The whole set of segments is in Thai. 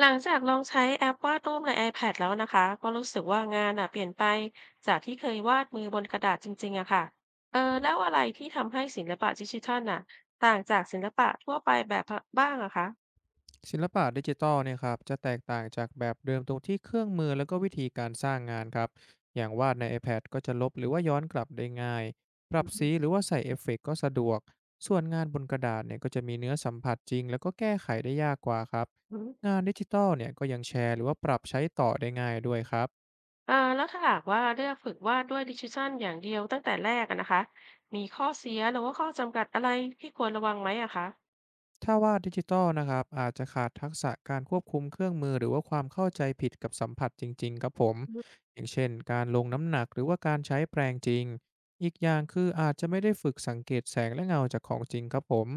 หลังจากลองใช้แอปวาดรูปใน iPad แล้วนะคะก็รู้สึกว่างานอ่ะเปลี่ยนไปจากที่เคยวาดมือบนกระดาษจริงๆอะค่ะเออแล้วอะไรที่ทำให้ศิลปะดิจิทัลน่ะต่างจากศิลปะทั่วไปแบบบ้างอะคะศิลปะดิจิทัลเนี่ยครับจะแตกต่างจากแบบเดิมตรงที่เครื่องมือแล้วก็วิธีการสร้างงานครับอย่างวาดใน iPad ก็จะลบหรือว่าย้อนกลับได้ง่ายปรัอืบสีมหรือว่าใส่เอฟเฟกต์ก็สะดวกส่วนงานบนกระดาษเนี่ยก็จะมีเนื้อสัมผัสจริงแล้วก็แก้ไขได้ยากกว่าครับอืมงานดิจิทัลเนี่ยก็ยังแชร์หรือว่าปรับใช้ต่อได้ง่ายด้วยครับ อ่าแล้วถ้าหากว่าเลือกฝึกวาดด้วยดิจิทัลอย่างเดียวตั้งแต่แรกอะนะคะมีข้อเสียหรือว่าข้อจำกัดอะไรที่ควรระวังไหมอะคะถ้าวาดดิจิตอลนะครับอาจจะขาดทักษะการควบคุมเครื่องมือหรือว่าความเข้าใจผิดกับสัมผัสจริงๆครับผมอือย่างเช่นการลงน้ำหนักหรือว่าการใช้แปรงจริงอีกอย่างคืออาจจะไม่ได้ฝึกสังเกตแสงและเงาจากของจริงครับผม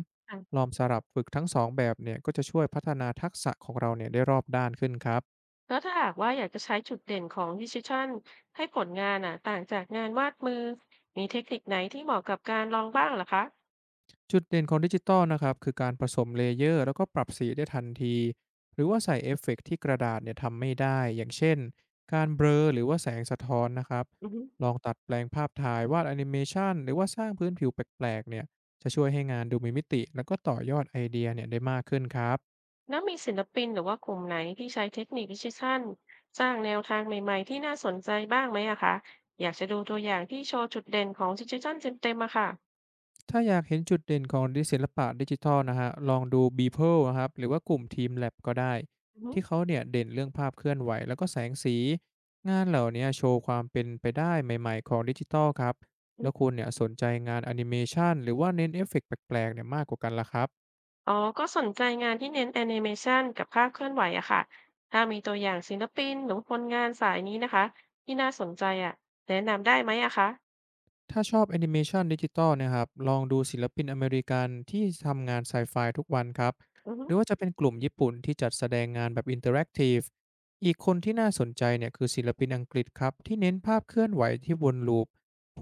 ลม องสลับฝึกทั้งสองแบบเนี่ยก็จะช่วยพัฒนาทักษะของเราเนี่ยได้รอบด้านขึ้นครับ แล้วถ้าหากว่าอยากจะใช้จุดเด่นของดิจิทัลให้ผลงานอ่ะต่างจากงานวาดมือมีเทคนิคไหนที่เหมาะกับการลองบ้างเหรอคะจุดเด่นของดิจิตอลนะครับคือการผสมเลเยอร์แล้วก็ปรับสีได้ทันทีหรือว่าใส่เอฟเฟกต์ที่กระดาษเนี่ยทำไม่ได้อย่างเช่นการเบลอหรือว่าแสงสะท้อนนะครับอือฮึลองตัดแปลงภาพถ่ายวาดแอนิเมชันหรือว่าสร้างพื้นผิวแปลกๆเนี่ยจะช่วยให้งานดูมีมิติแล้วก็ต่อยอดไอเดียเนี่ยได้มากขึ้นครับ แล้วมีศิลปินหรือว่ากลุ่มไหนที่ใช้เทคนิคดิจิทัลสร้างแนวทางใหม่ๆที่น่าสนใจบ้างไหมอะคะอยากจะดูตัวอย่างที่โชว์จุดเด่นของดิจิทัลเต็มๆอะค่ะถ้าอยากเห็นจุดเด่นของศิลปะดิจิทัลนะฮะ ลองดู Beeple นะครับหรือว่ากลุ่ม TeamLab ก็ได้อือฮึที่เขาเนี่ยเด่นเรื่องภาพเคลื่อนไหวแล้วก็แสงสีงานเหล่านี้โชว์ความเป็นไปได้ใหม่ๆของดิจิทัลครับแล้วคุณเนี่ยสนใจงานแอนิเมชันหรือว่าเน้นเอฟเฟกต์แปลกๆเนี่ยมากกว่ากันละครับ อ๋อก็สนใจงานที่เน้นแอนิเมชันกับภาพเคลื่อนไหวอะค่ะถ้ามีตัวอย่างศิลปินหรือผลงานสายนี้นะคะที่น่าสนใจอะแนะนำได้ไหมอะคะถ้าชอบแอนิเมชันดิจิตอลนะครับ ลองดูศิลปินอเมริกันที่ทำงานไซไฟทุกวันครับ อือฮึ หรือว่าจะเป็นกลุ่มญี่ปุ่นที่จัดแสดงงานแบบอินเ r อร์แอคทีฟอีกคนที่น่าสนใจเนี่ยคือศิลปินอังกฤษครับที่เน้นภาพเคลื่อนไหวที่วนลูป อ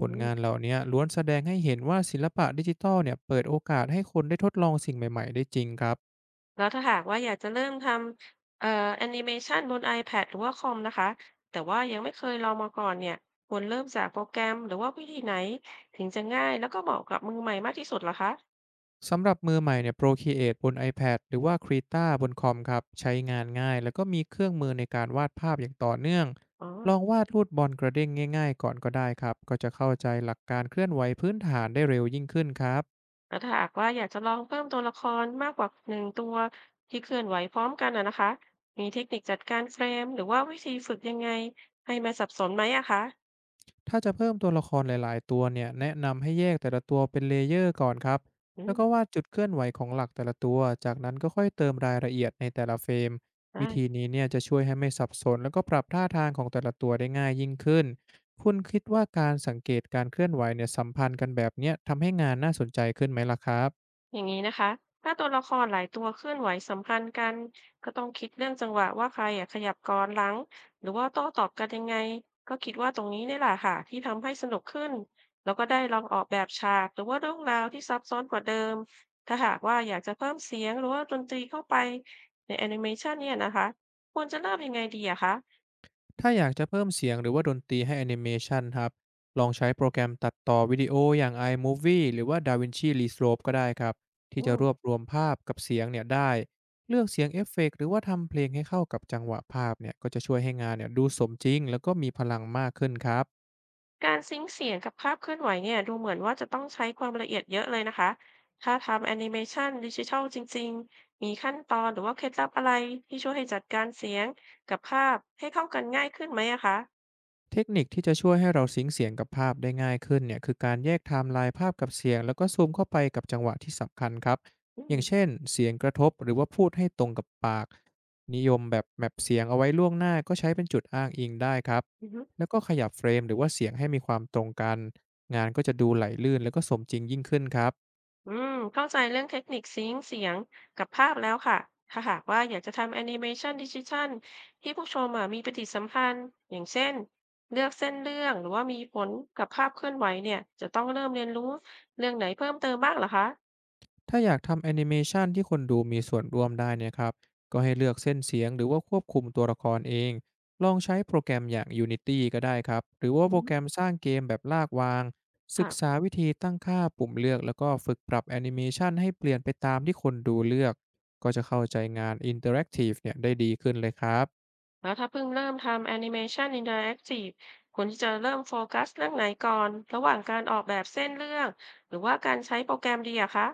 ผืลมงานเหล่านี้ล้วนแสดงให้เห็นว่าศิลปะดิจิตอลเนี่ยเปิดโอกาสให้คนได้ทดลองสิ่งใหม่ๆได้จริงครับ แล้วถ้าหากว่าอยากจะเริ่มทำแอนิเมชันบน iPad หรือว่าคอมนะคะแต่ว่ายังไม่เคยลองมาก่อนเนี่ยควรเริ่มจากโปรแกรมหรือว่าวิธีไหนถึงจะง่ายแล้วก็เหมาะกับมือใหม่มากที่สุดเหรอคะสำหรับมือใหม่เนี่ย Procreate บน iPad หรือว่า Krita บนคอมครับใช้งานง่ายแล้วก็มีเครื่องมือในการวาดภาพอย่างต่อเนื่องอ๋อลองวาดรูปบอลกระเด้งง่ายๆก่อนก็ได้ครับก็จะเข้าใจหลักการเคลื่อนไหวพื้นฐานได้เร็วยิ่งขึ้นครับ แล้วถ้าหากว่าอยากจะลองเพิ่มตัวละครมากกว่าหนึ่งตัวที่เคลื่อนไหวพร้อมกันอะนะคะมีเทคนิคจัดการเฟรมหรือว่าวิธีฝึกยังไงให้ไม่สับสนไหมอะคะถ้าจะเพิ่มตัวละครหลาย ๆตัวเนี่ยแนะนำให้แยกแต่ละตัวเป็นเลเยอร์ก่อนครับอืแล้วก็มวาดจุดเคลื่อนไหวของหลักแต่ละตัวจากนั้นก็ค่อยเติมรายละเอียดในแต่ละเฟรมวิธีได้ นี้เนี่ยจะช่วยให้ไม่สับสนแล้วก็ปรับท่าทางของแต่ละตัวได้ง่ายยิ่งขึ้นคุณคิดว่าการสังเกตการเคลื่อนไหวเนี่ยสัมพันธ์กันแบบเนี้ยทำให้งานน่าสนใจขึ้นไหมล่ะครับ อย่างนี้นะคะ ถ้าตัวละครหลายตัวเคลื่อนไหวสัมพันธ์กันก็ต้องคิดเรื่องจังหวะว่าใครอะขยับก่อนหลังหรือว่าโต้ตอบกันยังไงก็คิดว่าตรงนี้นี่แหละค่ะที่ทำให้สนุกขึ้นแล้วก็ได้ลองออกแบบฉากหรือว่าเรื่องราวที่ซับซ้อนกว่าเดิมถ้าหากว่าอยากจะเพิ่มเสียงหรือว่าดนตรีเข้าไปในแอนิเมชันเนี่ยนะคะควรจะเริ่มยังไงดีอะคะถ้าอยากจะเพิ่มเสียงหรือว่าดนตรีให้แอนิเมชันครับ ลองใช้โปรแกรมตัดต่อวิดีโออย่าง iMovie หรือว่า DaVinci Resolve ก็ได้ครับ ที่อืจะรม วบรวมภาพกับเสียงเนี่ยได้ เลือกเสียงเอฟเฟกต์หรือว่าทำเพลงให้เข้ากับจังหวะภาพเนี่ยก็จะช่วยให้งานเนี่ยดูสมจริงแล้วก็มีพลังมากขึ้นครับ การซิงค์เสียงกับภาพเคลื่อนไหวเนี่ยดูเหมือนว่าจะต้องใช้ความละเอียดเยอะเลยนะคะ ถ้าทำแอนิเมชันดิจิทัลจริงๆ มีขั้นตอนหรือว่าเคล็ดลับอะไรที่ช่วยให้จัดการเสียงกับภาพให้เข้ากันง่ายขึ้นไหมอะคะเทคนิคที่จะช่วยให้เราซิงค์เสียงกับภาพได้ง่ายขึ้นเนี่ยคือการแยกไทม์ไลน์ภาพกับเสียงแล้วก็ซูมเข้าไปกับจังหวะที่สำคัญครับอือมย่างเช่นเสียงกระทบหรือว่าพูดให้ตรงกับปากนิยมแบบแมปเสียงเอาไว้ล่วงหน้าก็ใช้เป็นจุดอ้างอิงได้ครับอือฮึแล้วก็ขยับเฟรมหรือว่าเสียงให้มีความตรงกันงานก็จะดูไหลลื่นแล้วก็สมจริงยิ่งขึ้นครับ อืมเข้าใจเรื่องเทคนิคซิงค์เสียงกับภาพแล้วค่ะถ้าหากว่าอยากจะทำแอนิเมชันดิจิทัลที่ผู้ชมอะมีปฏิสัมพันธ์อย่างเช่น เลือกเส้นเรื่องหรือว่ามีผลกับภาพเคลื่อนไหวเนี่ยจะต้องเริ่มเรียนรู้เรื่องไหนเพิ่มเติมบ้างเหรอคะ ถ้าอยากทำแอนิเมชันที่คนดูมีส่วนร่วมได้เนี่ยครับก็ให้เลือกเส้นเสียงหรือว่าควบคุมตัวละครเองลองใช้โปรแกรมอย่าง Unity ก็ได้ครับหรือว่าโปรแกรมสร้างเกมแบบลากวางศึกษาค่ะวิธีตั้งค่าปุ่มเลือกแล้วก็ฝึกปรับแอนิเมชันให้เปลี่ยนไปตามที่คนดูเลือกก็จะเข้าใจงานอินเตอร์แอคทีฟเนี่ยได้ดีขึ้นเลยครับ แล้วถ้าเพิ่งเริ่มทำแอนิเมชันอินเทอร์แอคทีฟควรที่จะเริ่มโฟกัสเรื่องไหนก่อนระหว่างการออกแบบเส้นเรื่องหรือว่าการใช้โปรแกรมดีอะคะ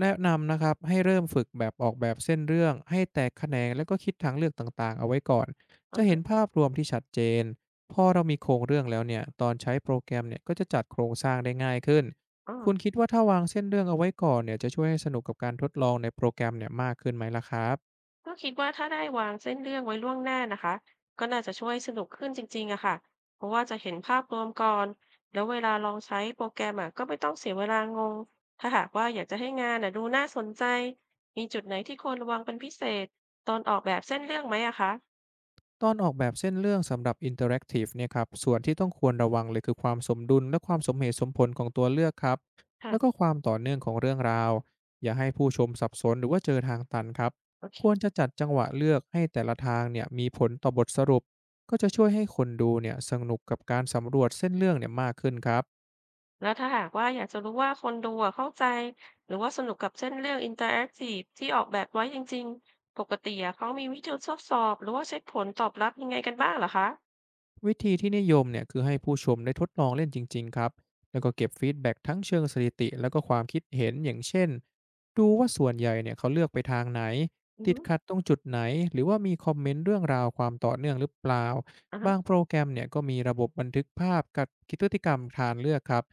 แนะนำนะครับให้เริ่มฝึกแบบออกแบบเส้นเรื่องให้แตกแขนงแล้วก็คิดทางเลือกต่างๆเอาไว้ก่อนอืจะอเห็นฮะภาพรวมที่ชัดเจนพอเรามีโครงเรื่องแล้วเนี่ยตอนใช้โปรแกรมเนี่ยก็จะจัดโครงสร้างได้ง่ายขึ้นอ๋อคุณคิดว่าถ้าวางเส้นเรื่องเอาไว้ก่อนเนี่ยจะช่วยให้สนุกกับการทดลองในโปรแกรมเนี่ยมากขึ้นไหมล่ะครับ ก็คิดว่าถ้าได้วางเส้นเรื่องไว้ล่วงหน้านะคะก็น่าจะช่วยสนุกขึ้นจริงๆอะค่ะเพราะว่าจะเห็นภาพรวมก่อนแล้วเวลาลองใช้โปรแกรมอะก็ไม่ต้องเสียเวลางงถ้าหากว่าอยากจะให้งานอะดูน่าสนใจมีจุดไหนที่ควรระวังเป็นพิเศษตอนออกแบบเส้นเรื่องไหมอะคะตอนออกแบบเส้นเรื่องสำหรับอินเทอร์แอคทีฟเนี่ยครับส่วนที่ต้องควรระวังเลยคือความสมดุลและความสมเหตุสมผลของตัวเลือกครับแล้วก็ค่ะความต่อเนื่องของเรื่องราวอย่าให้ผู้ชมสับสนหรือว่าเจอทางตันครับโอเค ควรจะจัดจังหวะเลือกให้แต่ละทางเนี่ยมีผลต่อบทสรุปก็จะช่วยให้คนดูเนี่ยสนุกกับการสำรวจเส้นเรื่องเนี่ยมากขึ้นครับ แล้วถ้าหากว่าอยากจะรู้ว่าคนดูอะเข้าใจหรือว่าสนุกกับเส้นเรื่องอินเตอร์แอคทีฟที่ออกแบบไว้จริงๆปกติอะเขามีวิธีทดสอบหรือว่าเช็คผลตอบรับยังไงกันบ้างเหรอคะวิธีที่นิยมเนี่ยคือให้ผู้ชมได้ทดลองเล่นจริงๆครับแล้วก็เก็บฟีดแบ็กทั้งเชิงสถิติแล้วก็ความคิดเห็นอย่างเช่นดูว่าส่วนใหญ่เนี่ยเขาเลือกไปทางไหนอือติดฮึขัดตรงจุดไหนหรือว่ามีคอมเมนต์เรื่องราวความต่อเนื่องหรือเปล่าอ่าฮะบางโปรแกรมเนี่ยก็มีระบบบันทึกภาพกับกิจพฤติกรรมทานเลือกครับ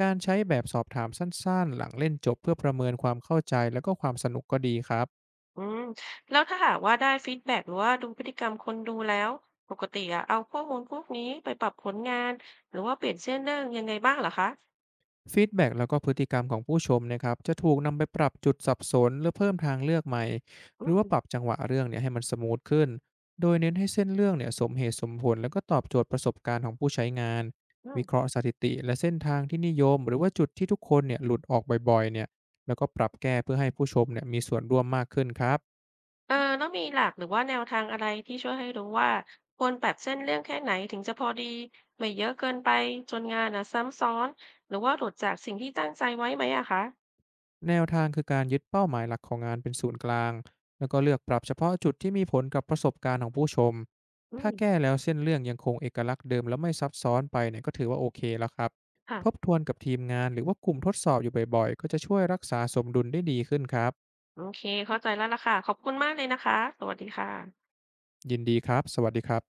การใช้แบบสอบถามสั้นๆหลังเล่นจบเพื่อประเมินความเข้าใจแล้วก็ความสนุกก็ดีครับ อืมแล้วถ้าหากว่าได้ฟีดแบ็กหรือว่าดูพฤติกรรมคนดูแล้วปกติอะเอาข้อมูลพวกนี้ไปปรับผลงานหรือว่าเปลี่ยนเส้นเรื่องยังไงบ้างเหรอคะฟีดแบ็กแล้วก็พฤติกรรมของผู้ชมนะครับจะถูกนำไปปรับจุดสับสนหรือเพิ่มทางเลือกใหม่อืหรือว่าปมรับจังหวะเรื่องเนี่ยให้มันสมูทขึ้นโดยเน้นให้เส้นเรื่องเนี่ยสมเหตุสมผลแล้วก็ตอบโจทย์ประสบการณ์ของผู้ใช้งานอืม วิเคราะห์สถิติและเส้นทางที่นิยมหรือว่าจุดที่ทุกคนเนี่ยหลุดออกบ่อยๆเนี่ยแล้วก็ปรับแก้เพื่อให้ผู้ชมเนี่ยมีส่วนร่วมมากขึ้นครับ เออแล้วมีหลักหรือว่าแนวทางอะไรที่ช่วยให้รู้ว่าควรปรับเส้นเรื่องแค่ไหนถึงจะพอดีไม่เยอะเกินไปจนงานน่ะซ้ำซ้อนหรือว่าหลุดจากสิ่งที่ตั้งใจไว้ไหมอะคะแนวทางคือการยึดเป้าหมายหลักของงานเป็นศูนย์กลางแล้วก็เลือกปรับเฉพาะจุดที่มีผลกับประสบการณ์ของผู้ชมอืถ้ามแก้แล้วเส้นเรื่องยังคงเอกลักษณ์เดิมแล้วไม่ซับซ้อนไปเนี่ยก็ถือว่าโอเคแล้วครับค่ะทบทวนกับทีมงานหรือว่ากลุ่มทดสอบอยู่บ่อยๆก็จะช่วยรักษาสมดุลได้ดีขึ้นครับโอเคเข้าใจแล้วล่ะค่ะขอบคุณมากเลยนะคะสวัสดีค่ะยินดีครับสวัสดีครับ